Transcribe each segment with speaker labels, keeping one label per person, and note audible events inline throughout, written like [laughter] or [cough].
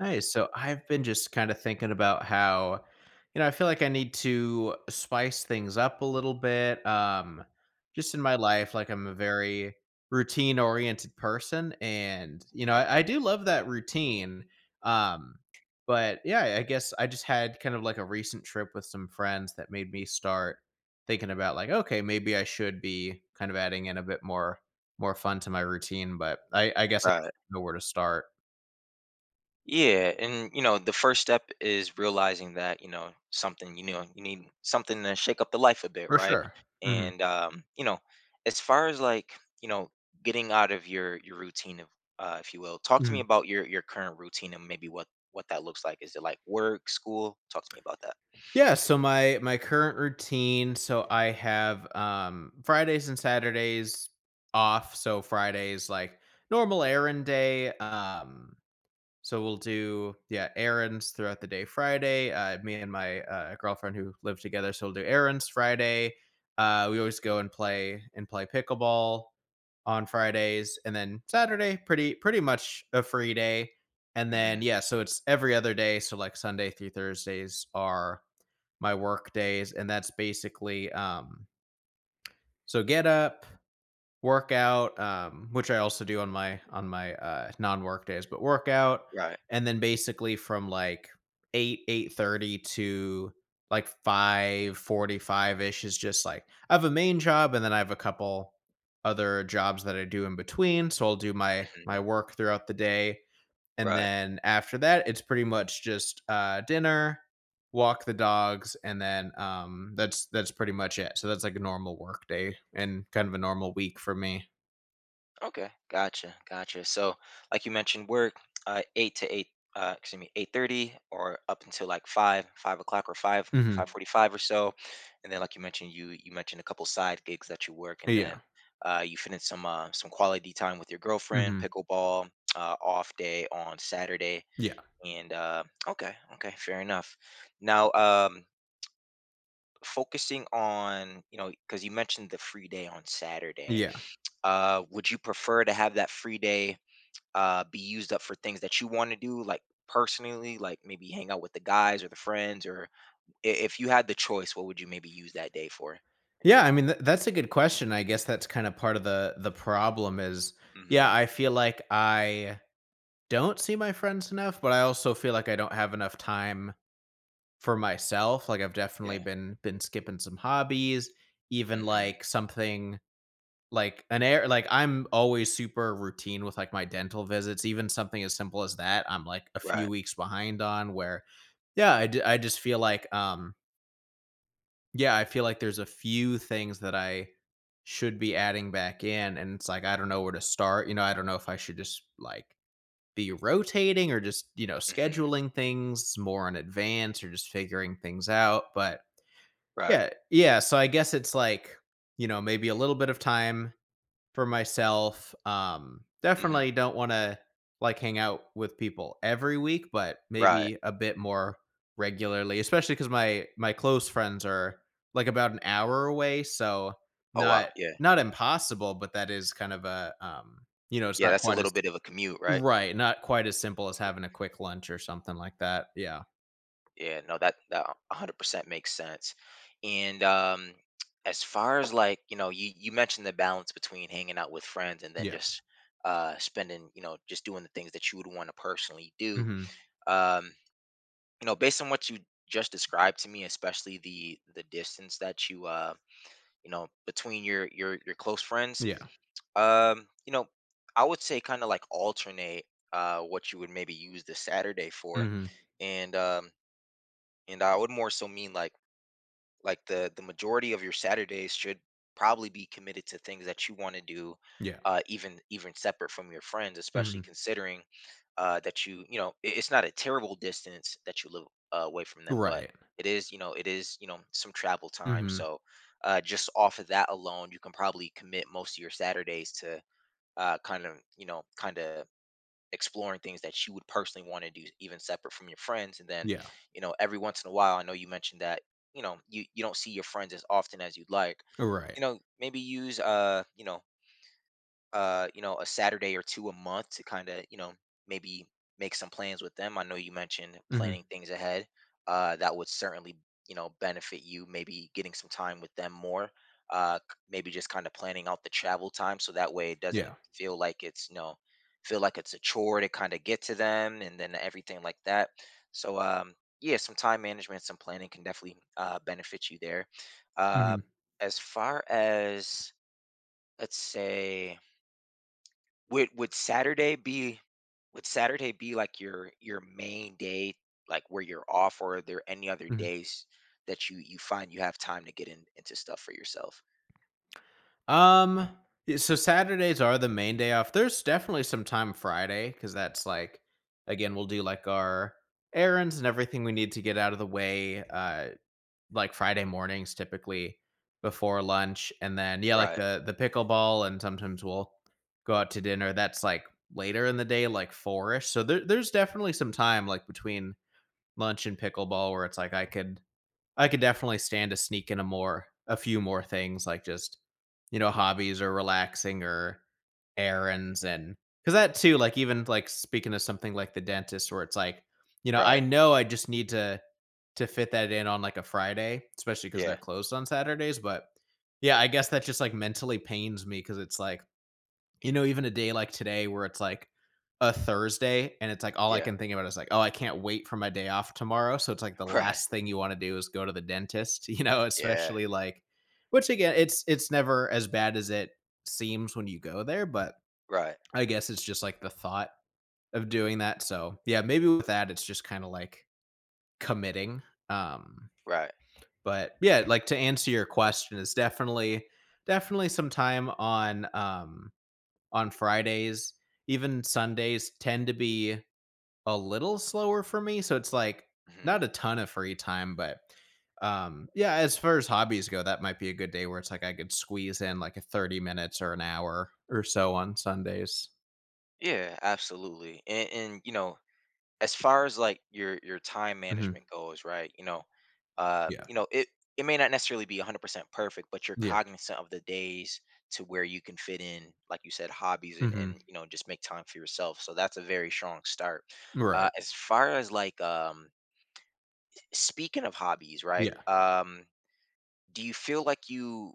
Speaker 1: Nice. So I've been just kind of thinking about how, I feel like I need to spice things up a little bit. Just in my life, like I'm a very routine oriented person. And, I do love that routine. Um, but yeah, I guess I just had kind of like a recent trip with some friends that made me start thinking about like, okay, maybe I should be kind of adding in a bit more fun to my routine, but I guess I
Speaker 2: Right.
Speaker 1: don't know where to start.
Speaker 2: Yeah, and you know, the first step is realizing that, you know, something, you know, you need something to shake up the life a bit,
Speaker 1: For
Speaker 2: right?
Speaker 1: sure. Mhm.
Speaker 2: And You know, as far as like, you know, getting out of your routine of if you will, talk to me
Speaker 1: Mhm.
Speaker 2: about your current routine and maybe what that looks like. Is it like work, school? Talk to me about that.
Speaker 1: Yeah, so my current routine, so I have Fridays and Saturdays off. So Fridays like normal errand day. So we'll do, yeah, errands throughout the day Friday. Me and my girlfriend who live together, so we'll do errands Friday. We always go and play pickleball on Fridays, and then Saturday pretty much a free day. And then
Speaker 2: hmm
Speaker 1: yeah, so it's every other day, so like Sunday through Thursdays are my work days, and that's basically, so get up, workout, which I also do on my non-work days, but workout,
Speaker 2: Right.
Speaker 1: and then basically from like eight eight thirty to like 5:45 ish is just like I have a main job, and then I have a couple other jobs that I do in between. So I'll do my
Speaker 2: hmm
Speaker 1: work throughout the day, and
Speaker 2: Right.
Speaker 1: then after that, it's pretty much just, dinner, walk the dogs, and then, that's pretty much it. So that's like a normal work day and kind of a normal week for me.
Speaker 2: Okay, gotcha, gotcha. So, like you mentioned, work eight to eight, excuse me, 8:30, or up until like five, 5 o'clock, or five, five
Speaker 1: Mhm.
Speaker 2: forty-five or so. And then, like you mentioned, you mentioned a couple side gigs that you work, and then
Speaker 1: Yeah.
Speaker 2: you finish some quality time with your girlfriend,
Speaker 1: Mhm.
Speaker 2: pickleball, off day on Saturday.
Speaker 1: Yeah.
Speaker 2: And okay, okay, fair enough. Now, um, Focusing on you know, because you mentioned the free day on Saturday,
Speaker 1: Yeah.
Speaker 2: would you prefer to have that free day be used up for things that you want to do, like personally, like maybe hang out with the guys or the friends, or if you had the choice, what would you maybe use that day for?
Speaker 1: Yeah, I mean, that's a good question. I guess that's kinda part of the problem is, yeah,
Speaker 2: hmm
Speaker 1: I feel like I don't see my friends enough, but I also feel like I don't have enough time for myself. Like, I've definitely
Speaker 2: Yeah.
Speaker 1: been skipping some hobbies, even,
Speaker 2: hmm
Speaker 1: like, something. I'm always super routine with, like, my dental visits, even something as simple as that, I'm, like, a
Speaker 2: Right.
Speaker 1: few weeks behind on where, yeah, I just feel like, yeah, I feel like there's a few things that I should be adding back in, and it's like, I don't know where to start, I don't know if I should just, like, be rotating or just,
Speaker 2: hmm
Speaker 1: scheduling things more in advance or just figuring things out, but
Speaker 2: Right.
Speaker 1: yeah, yeah, so I guess it's like, maybe a little bit of time for myself.
Speaker 2: hmm
Speaker 1: Definitely don't want to like hang out with people every week, but
Speaker 2: Right.
Speaker 1: maybe a bit more regularly, especially because my close friends are like about an hour away, so
Speaker 2: Oh wow.
Speaker 1: not
Speaker 2: Yeah.
Speaker 1: not impossible, but that is kind of a, it's
Speaker 2: Yeah.
Speaker 1: not
Speaker 2: That's a
Speaker 1: quite
Speaker 2: little
Speaker 1: as,
Speaker 2: bit of a commute, right?
Speaker 1: right, not quite as simple as having a quick lunch or something like that. Yeah,
Speaker 2: Yeah. No, that 100% makes sense. And As far as like you know, you mentioned the balance between hanging out with friends and then
Speaker 1: yeah.
Speaker 2: just spending you know just doing the things that you would want to personally do
Speaker 1: Hmm.
Speaker 2: um you know based on what you just described to me, especially the distance that you you know between your your close friends,
Speaker 1: Yeah.
Speaker 2: you know, I would say kind of like alternate what you would maybe use the Saturday for.
Speaker 1: Hmm.
Speaker 2: and um and I would more so mean like the majority of your Saturdays should probably be committed to things that you want to do,
Speaker 1: Yeah.
Speaker 2: even even separate from your friends, especially
Speaker 1: Hmm.
Speaker 2: considering that you know it's not a terrible distance that you live away from them, but
Speaker 1: Right.
Speaker 2: it is you know it is you know some travel time.
Speaker 1: Hmm.
Speaker 2: So just off of that alone, you can probably commit most of your Saturdays to kind of you know kind of exploring things that you would personally want to do even separate from your friends. And then
Speaker 1: Yeah.
Speaker 2: you know every once in a while, I know you mentioned that you know you, you don't see your friends as often as you'd like.
Speaker 1: Right.
Speaker 2: You know, maybe use you know, a Saturday or two a month to kind of, you know, maybe make some plans with them. I know you mentioned
Speaker 1: Hmm.
Speaker 2: planning things ahead. That would certainly, you know, benefit you. Maybe getting some time with them more. Maybe just kind of planning out the travel time so that way it doesn't
Speaker 1: Yeah.
Speaker 2: feel like it's, feel like it's a chore to kind of get to them and then everything like that. So, yeah, some time management, some planning can definitely benefit you there. Uh,
Speaker 1: Hmm.
Speaker 2: as far as, let's say, would Saturday be, would Saturday be like your main day, like where you're off, or are there any other days that you find you have time to get in, into stuff for yourself?
Speaker 1: Um, so Saturdays are the main day off. There's definitely some time Friday because that's like, again, we'll do like our errands and everything we need to get out of the way. Like Friday mornings typically before lunch, and then, yeah, like
Speaker 2: Right.
Speaker 1: the pickleball, and sometimes we'll go out to dinner. That's like later in the day, like four ish. So there's definitely some time like between lunch and pickleball where it's like I could definitely stand to sneak in a few more things like just, hobbies or relaxing or
Speaker 2: hmm
Speaker 1: errands, and because that too, like even like speaking of something like the dentist where it's like, I
Speaker 2: Right.
Speaker 1: know I just need to fit that in on like a Friday, especially because they're
Speaker 2: Yeah.
Speaker 1: closed on Saturdays. But yeah, I guess that just like mentally pains me because it's like, even a day like today where it's like a Thursday, and it's like all I
Speaker 2: Yeah.
Speaker 1: can think about is like, oh, I can't wait for my day off tomorrow. So it's like the
Speaker 2: [laughs] Right.
Speaker 1: last thing you want to do is go to the dentist, [laughs]
Speaker 2: Yeah.
Speaker 1: especially like which again, it's never as bad as it seems when you go there, but
Speaker 2: Right.
Speaker 1: I guess it's just like the thought of doing that. So yeah, maybe with that it's just kind of like committing. Um
Speaker 2: Right.
Speaker 1: but yeah, like to answer your question is definitely some time on Fridays, even Sundays tend to be a little slower for me. So it's like not
Speaker 2: hmm
Speaker 1: a ton of free time, but, yeah, as far as hobbies go, that might be a good day where it's like I could squeeze in like a 30 minutes or an hour or so on Sundays.
Speaker 2: Yeah. Absolutely. And you know as far as like your time
Speaker 1: Hmm.
Speaker 2: management goes, right?
Speaker 1: Yeah.
Speaker 2: You know, it may not necessarily be 100% perfect, but you're
Speaker 1: Yeah.
Speaker 2: cognizant of the days to where you can fit in, like you said, hobbies
Speaker 1: Hmm.
Speaker 2: and you know, just make time for yourself. So that's a very strong start.
Speaker 1: Right.
Speaker 2: As far as like speaking of hobbies, right?
Speaker 1: Yeah.
Speaker 2: Do you feel like you,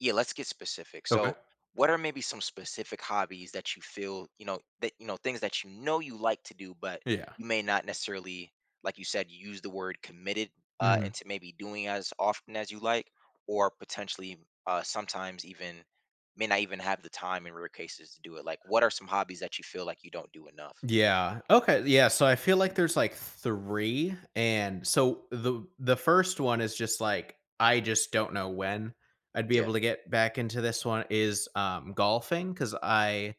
Speaker 2: yeah, let's get specific.
Speaker 1: Okay.
Speaker 2: So, what are maybe some specific hobbies that you feel, you know, that you know, things that you know you like to do, but
Speaker 1: Yeah.
Speaker 2: you may not necessarily, like you said, you use the word committed
Speaker 1: Mhm.
Speaker 2: into maybe doing as often as you like, or potentially sometimes even may not even have the time in rare cases to do it. Like, what are some hobbies that you feel like you don't do enough?
Speaker 1: Yeah. Okay. Yeah. So I feel like there's like three, and so the first one is just like I just don't know when I'd be
Speaker 2: Yeah,
Speaker 1: able to get back into. This one is golfing because I,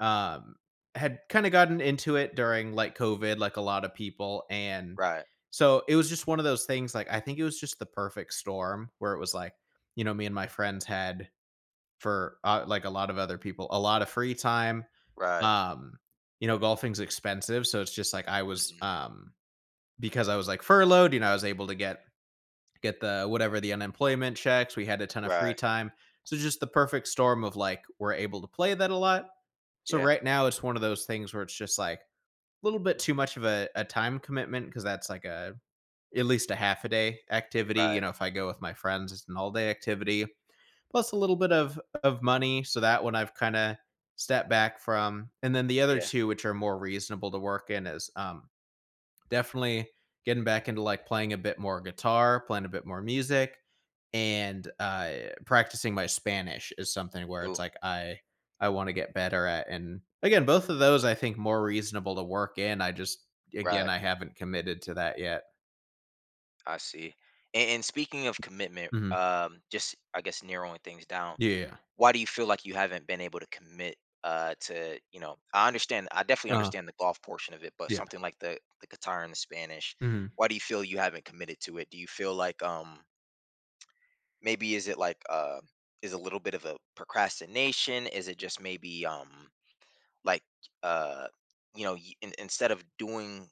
Speaker 1: um, had kind of gotten into it during like COVID, like a lot of people, and
Speaker 2: right,
Speaker 1: so it was just one of those things. Like I think it was just the perfect storm where it was like, me and my friends had, for like a lot of other people, a lot of free time.
Speaker 2: right,
Speaker 1: um, Golfing's expensive, so it's just like I was,
Speaker 2: hmm,
Speaker 1: because I was like furloughed, I was able to get the whatever the unemployment checks. We had a ton of free
Speaker 2: right,
Speaker 1: time. So just the perfect storm of like we're able to play that a lot. So
Speaker 2: yeah,
Speaker 1: right now it's one of those things where it's just like a little bit too much of a time commitment because that's like a at least a half a day activity. You
Speaker 2: right,
Speaker 1: know, if I go with my friends, it's an all day activity plus a little bit of money. So that one I've kind of stepped back from. And then the other
Speaker 2: yeah,
Speaker 1: two, which are more reasonable to work in, is, definitely getting back into like playing a bit more guitar, playing a bit more music, and, practicing my Spanish is something where it's
Speaker 2: ooh,
Speaker 1: like I want to get better at. And again, both of those I think more reasonable to work in. I just, again,
Speaker 2: right.
Speaker 1: I haven't committed to that yet.
Speaker 2: I see. And speaking of commitment,
Speaker 1: Hmm.
Speaker 2: just I guess narrowing things down,
Speaker 1: Yeah.
Speaker 2: why do you feel like you haven't been able to commit to, you know, I understand, I definitely
Speaker 1: Uh,
Speaker 2: understand the golf portion of it, but
Speaker 1: yeah.
Speaker 2: something like the guitar and the Spanish,
Speaker 1: Hmm.
Speaker 2: why do you feel you haven't committed to it? Do you feel like maybe is it like is a little bit of a procrastination? Is it just maybe like uh you know instead of doing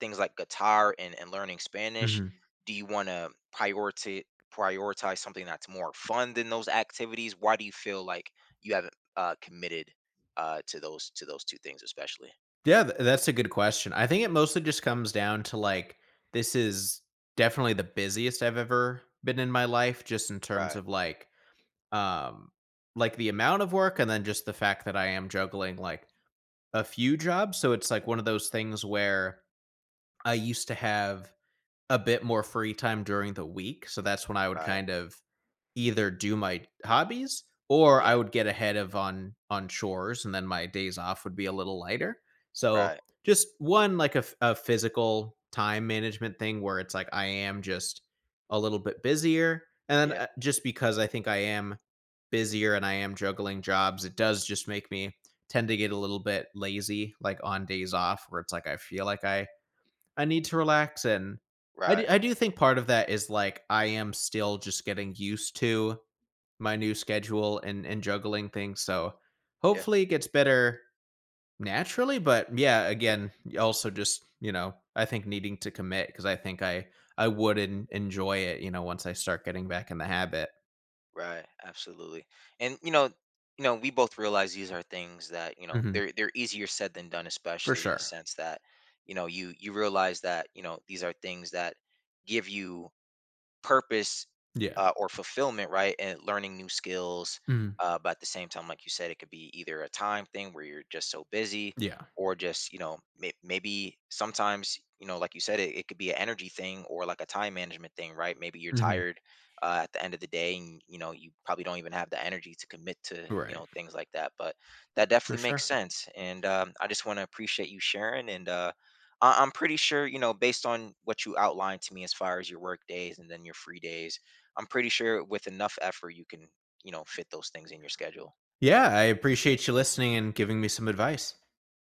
Speaker 2: things like guitar and learning Spanish,
Speaker 1: Hmm.
Speaker 2: do you want to prioritize, prioritize something that's more fun than those activities? Why do you feel like you haven't committed to those, to those two things especially?
Speaker 1: Yeah, th that's a good question. I think it mostly just comes down to, like, this is definitely the busiest I've ever been in my life just in terms
Speaker 2: Right,
Speaker 1: of, um, like, the amount of work, and then just the fact that I am juggling, like, a few jobs, so it's, like, one of those things where I used to have a bit more free time during the week, so that's when I would
Speaker 2: right,
Speaker 1: kind of either do my hobbies, or I
Speaker 2: yeah,
Speaker 1: would get ahead of on chores, and then my days off would be a little lighter. So
Speaker 2: right,
Speaker 1: just one like a physical time management thing where it's like I am just a little bit busier, and then,
Speaker 2: yeah,
Speaker 1: just because I think I am busier and I am juggling jobs, it does just make me tend to get a little bit lazy, like on days off where it's like I feel like I need to relax, and I
Speaker 2: right,
Speaker 1: do, I do think part of that is like I am still just getting used to my new schedule and juggling things. So
Speaker 2: yeah.
Speaker 1: hopefully it gets better naturally, but yeah, again, also just, I think needing to commit because I think I would enjoy it, once I start getting back in the habit.
Speaker 2: Right, absolutely. And you know, we both realize these are things that, you know,
Speaker 1: Hmm.
Speaker 2: they're easier said than done,
Speaker 1: For
Speaker 2: especially in the
Speaker 1: sure.
Speaker 2: sense that, you know, you realize that, you know, these are things that give you purpose
Speaker 1: Yeah.
Speaker 2: or fulfillment, right? And learning new skills.
Speaker 1: Mhm.
Speaker 2: But at the same time, like you said, it could be either a time thing where you're just so busy,
Speaker 1: Yeah.
Speaker 2: or just you know maybe sometimes you know like you said, it could be an energy thing or like a time management thing, right? Maybe you're
Speaker 1: Hmm.
Speaker 2: tired at the end of the day, and you know you probably don't even have the energy to commit to you
Speaker 1: Right.
Speaker 2: know things like that. But that
Speaker 1: For
Speaker 2: definitely makes
Speaker 1: sure.
Speaker 2: sense, and I just want to appreciate you sharing and. I'm pretty sure, you know, based on what you outlined to me as far as your work days and then your free days, I'm pretty sure with enough effort you can, you know, fit those things in your schedule.
Speaker 1: Yeah, I appreciate you listening and giving me some advice.